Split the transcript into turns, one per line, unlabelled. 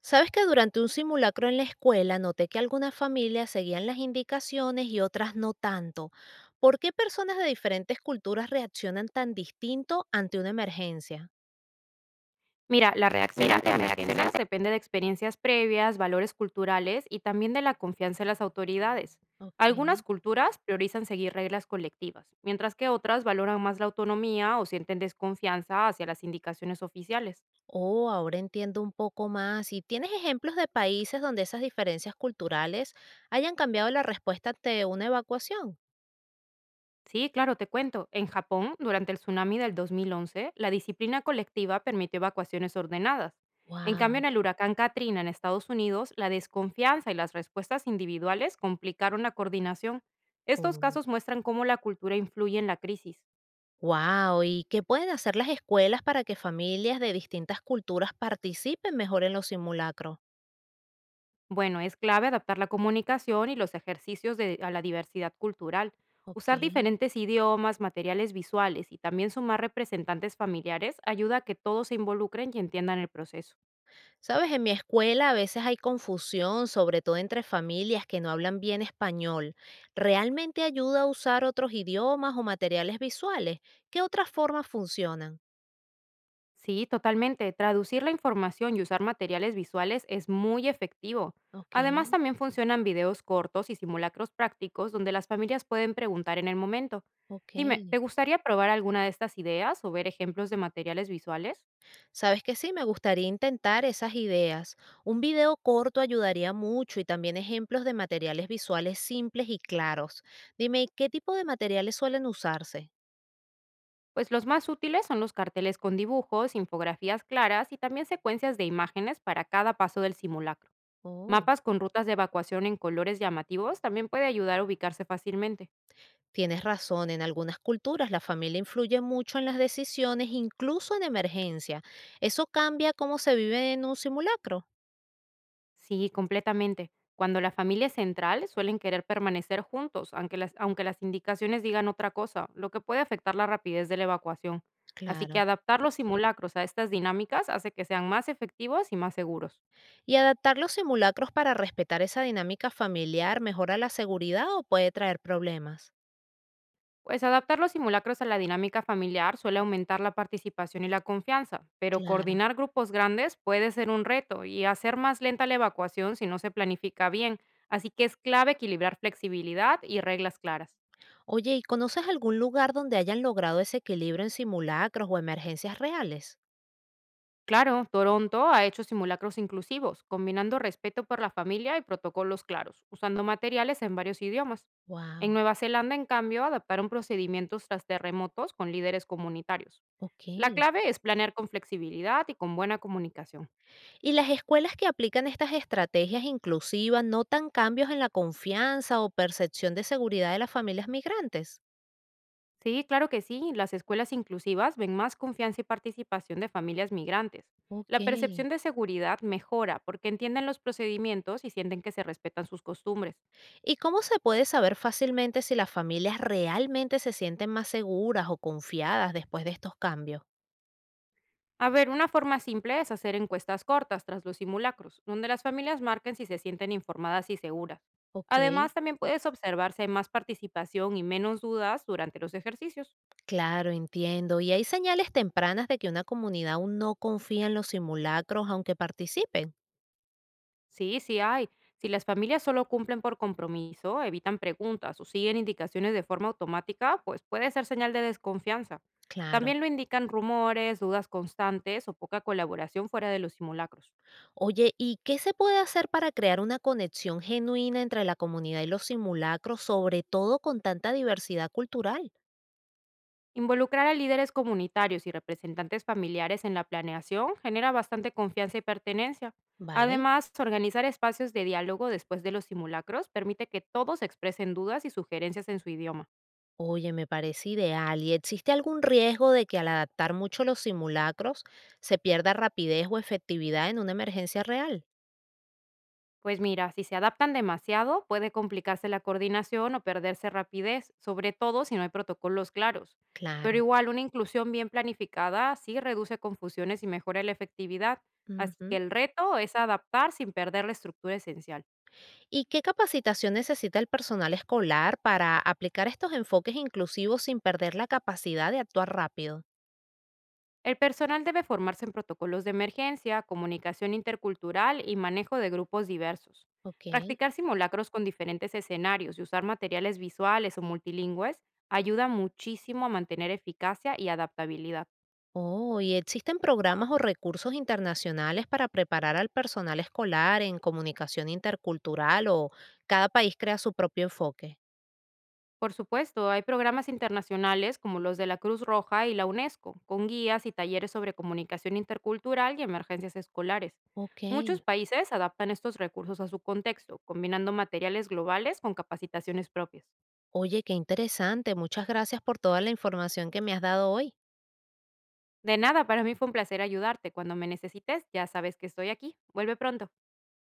Sabes que durante un simulacro en la escuela noté que algunas familias seguían las indicaciones y otras no tanto. ¿Por qué personas de diferentes culturas reaccionan tan distinto ante una emergencia?
Mira, las reacciones de las reacciones personas depende de experiencias previas, valores culturales y también de la confianza en las autoridades.
Ok.
Algunas culturas priorizan seguir reglas colectivas, mientras que otras valoran más la autonomía o sienten desconfianza hacia las indicaciones oficiales.
Oh, ahora entiendo un poco más. ¿Y tienes ejemplos de países donde esas diferencias culturales hayan cambiado la respuesta ante una evacuación?
Sí, claro, te cuento. En Japón, durante el tsunami del 2011, la disciplina colectiva permitió evacuaciones ordenadas. En cambio,
Wow.
en el huracán Katrina en Estados Unidos, la desconfianza y las respuestas individuales complicaron la coordinación. Estos casos muestran cómo la cultura influye en la crisis.
Wow, ¿y qué pueden hacer las escuelas para que familias de distintas culturas participen mejor en los simulacros?
Bueno, es clave adaptar la comunicación y los a la diversidad cultural,
Ok.
usar diferentes idiomas, materiales visuales y también sumar representantes familiares ayuda a que todos se involucren y entiendan el proceso.
Sabes, en mi escuela a veces hay confusión, sobre todo entre familias que no hablan bien español. ¿Realmente ayuda a usar otros idiomas o materiales visuales? ¿Qué otras formas funcionan?
Sí, totalmente. Traducir la información y usar materiales visuales es muy efectivo.
Ok,
Además, también funcionan videos cortos y simulacros prácticos donde las familias pueden preguntar en el momento.
ok.
Dime, ¿te gustaría probar alguna de estas ideas o ver ejemplos de materiales visuales?
Sabes que sí, me gustaría intentar esas ideas. Un video corto ayudaría mucho y también ejemplos de materiales visuales simples y claros. Dime, ¿qué tipo de materiales suelen usarse?
Pues los más útiles son los carteles con dibujos, infografías claras y también secuencias de imágenes para cada paso del simulacro.
Oh.
Mapas con rutas de evacuación en colores llamativos también puede ayudar a ubicarse fácilmente.
Tienes razón, en algunas culturas la familia influye mucho en las decisiones, incluso en emergencia. Eso cambia cómo se vive en un simulacro.
Sí, completamente. Cuando la familia es central, suelen querer permanecer juntos, aunque las indicaciones digan otra cosa, lo que puede afectar la rapidez de la evacuación. Así que
Claro.
adaptar los simulacros a estas dinámicas hace que sean más efectivos y más seguros.
¿Y adaptar los simulacros para respetar esa dinámica familiar mejora la seguridad o puede traer problemas?
Pues adaptar los simulacros a la dinámica familiar suele aumentar la participación y la confianza, pero
Claro.
coordinar grupos grandes puede ser un reto y hacer más lenta la evacuación si no se planifica bien, así que es clave equilibrar flexibilidad y reglas claras.
Oye, ¿y conoces algún lugar donde hayan logrado ese equilibrio en simulacros o emergencias reales?
Claro, Toronto ha hecho simulacros inclusivos, combinando respeto por la familia y protocolos claros, usando materiales en varios idiomas. En
Wow.
Nueva Zelanda, en cambio, adaptaron procedimientos tras terremotos con líderes comunitarios.
Ok.
La clave es planear con flexibilidad y con buena comunicación.
Y las escuelas que aplican estas estrategias inclusivas notan cambios en la confianza o percepción de seguridad de las familias migrantes.
Sí, claro que sí, las escuelas inclusivas ven más confianza y participación de familias migrantes.
Ok.
La percepción de seguridad mejora porque entienden los procedimientos y sienten que se respetan sus costumbres.
¿Y cómo se puede saber fácilmente si las familias realmente se sienten más seguras o confiadas después de estos cambios?
A ver, una forma simple es hacer encuestas cortas tras los simulacros, donde las familias marquen si se sienten informadas y seguras.
Ok.
Además, también puedes observar si hay más participación y menos dudas durante los ejercicios.
Claro, entiendo. Y hay señales tempranas de que una comunidad aún no confía en los simulacros, aunque participen.
Sí, sí hay. Si las familias solo cumplen por compromiso, evitan preguntas o siguen indicaciones de forma automática, pues puede ser señal de desconfianza.
Claro.
También lo indican rumores, dudas constantes o poca colaboración fuera de los simulacros.
Oye, ¿y qué se puede hacer para crear una conexión genuina entre la comunidad y los simulacros, sobre todo con tanta diversidad cultural?
Involucrar a líderes comunitarios y representantes familiares en la planeación genera bastante confianza y pertenencia.
¿Vale?
Además, organizar espacios de diálogo después de los simulacros permite que todos expresen dudas y sugerencias en su idioma.
Oye, me parece ideal. ¿Y existe algún riesgo de que al adaptar mucho los simulacros se pierda rapidez o efectividad en una emergencia real?
Pues mira, si se adaptan demasiado, puede complicarse la coordinación o perderse rapidez, sobre todo si no hay protocolos claros. Pero
Claro.
igual, una inclusión bien planificada sí reduce confusiones y mejora la efectividad. Así que
Ujú.
el reto es adaptar sin perder la estructura esencial.
¿Y qué capacitación necesita el personal escolar para aplicar estos enfoques inclusivos sin perder la capacidad de actuar rápido?
El personal debe formarse en protocolos de emergencia, comunicación intercultural y manejo de grupos diversos.
Ok.
Practicar simulacros con diferentes escenarios y usar materiales visuales o multilingües ayuda muchísimo a mantener eficacia y adaptabilidad.
Oh, ¿y existen programas o recursos internacionales para preparar al personal escolar en comunicación intercultural o cada país crea su propio enfoque?
Por supuesto, hay programas internacionales como los de la Cruz Roja y la UNESCO, con guías y talleres sobre comunicación intercultural y emergencias escolares.
Ok.
Muchos países adaptan estos recursos a su contexto, combinando materiales globales con capacitaciones propias.
Oye, qué interesante. Muchas gracias por toda la información que me has dado hoy.
De nada, para mí fue un placer ayudarte. Cuando me necesites, ya sabes que estoy aquí. Vuelve pronto.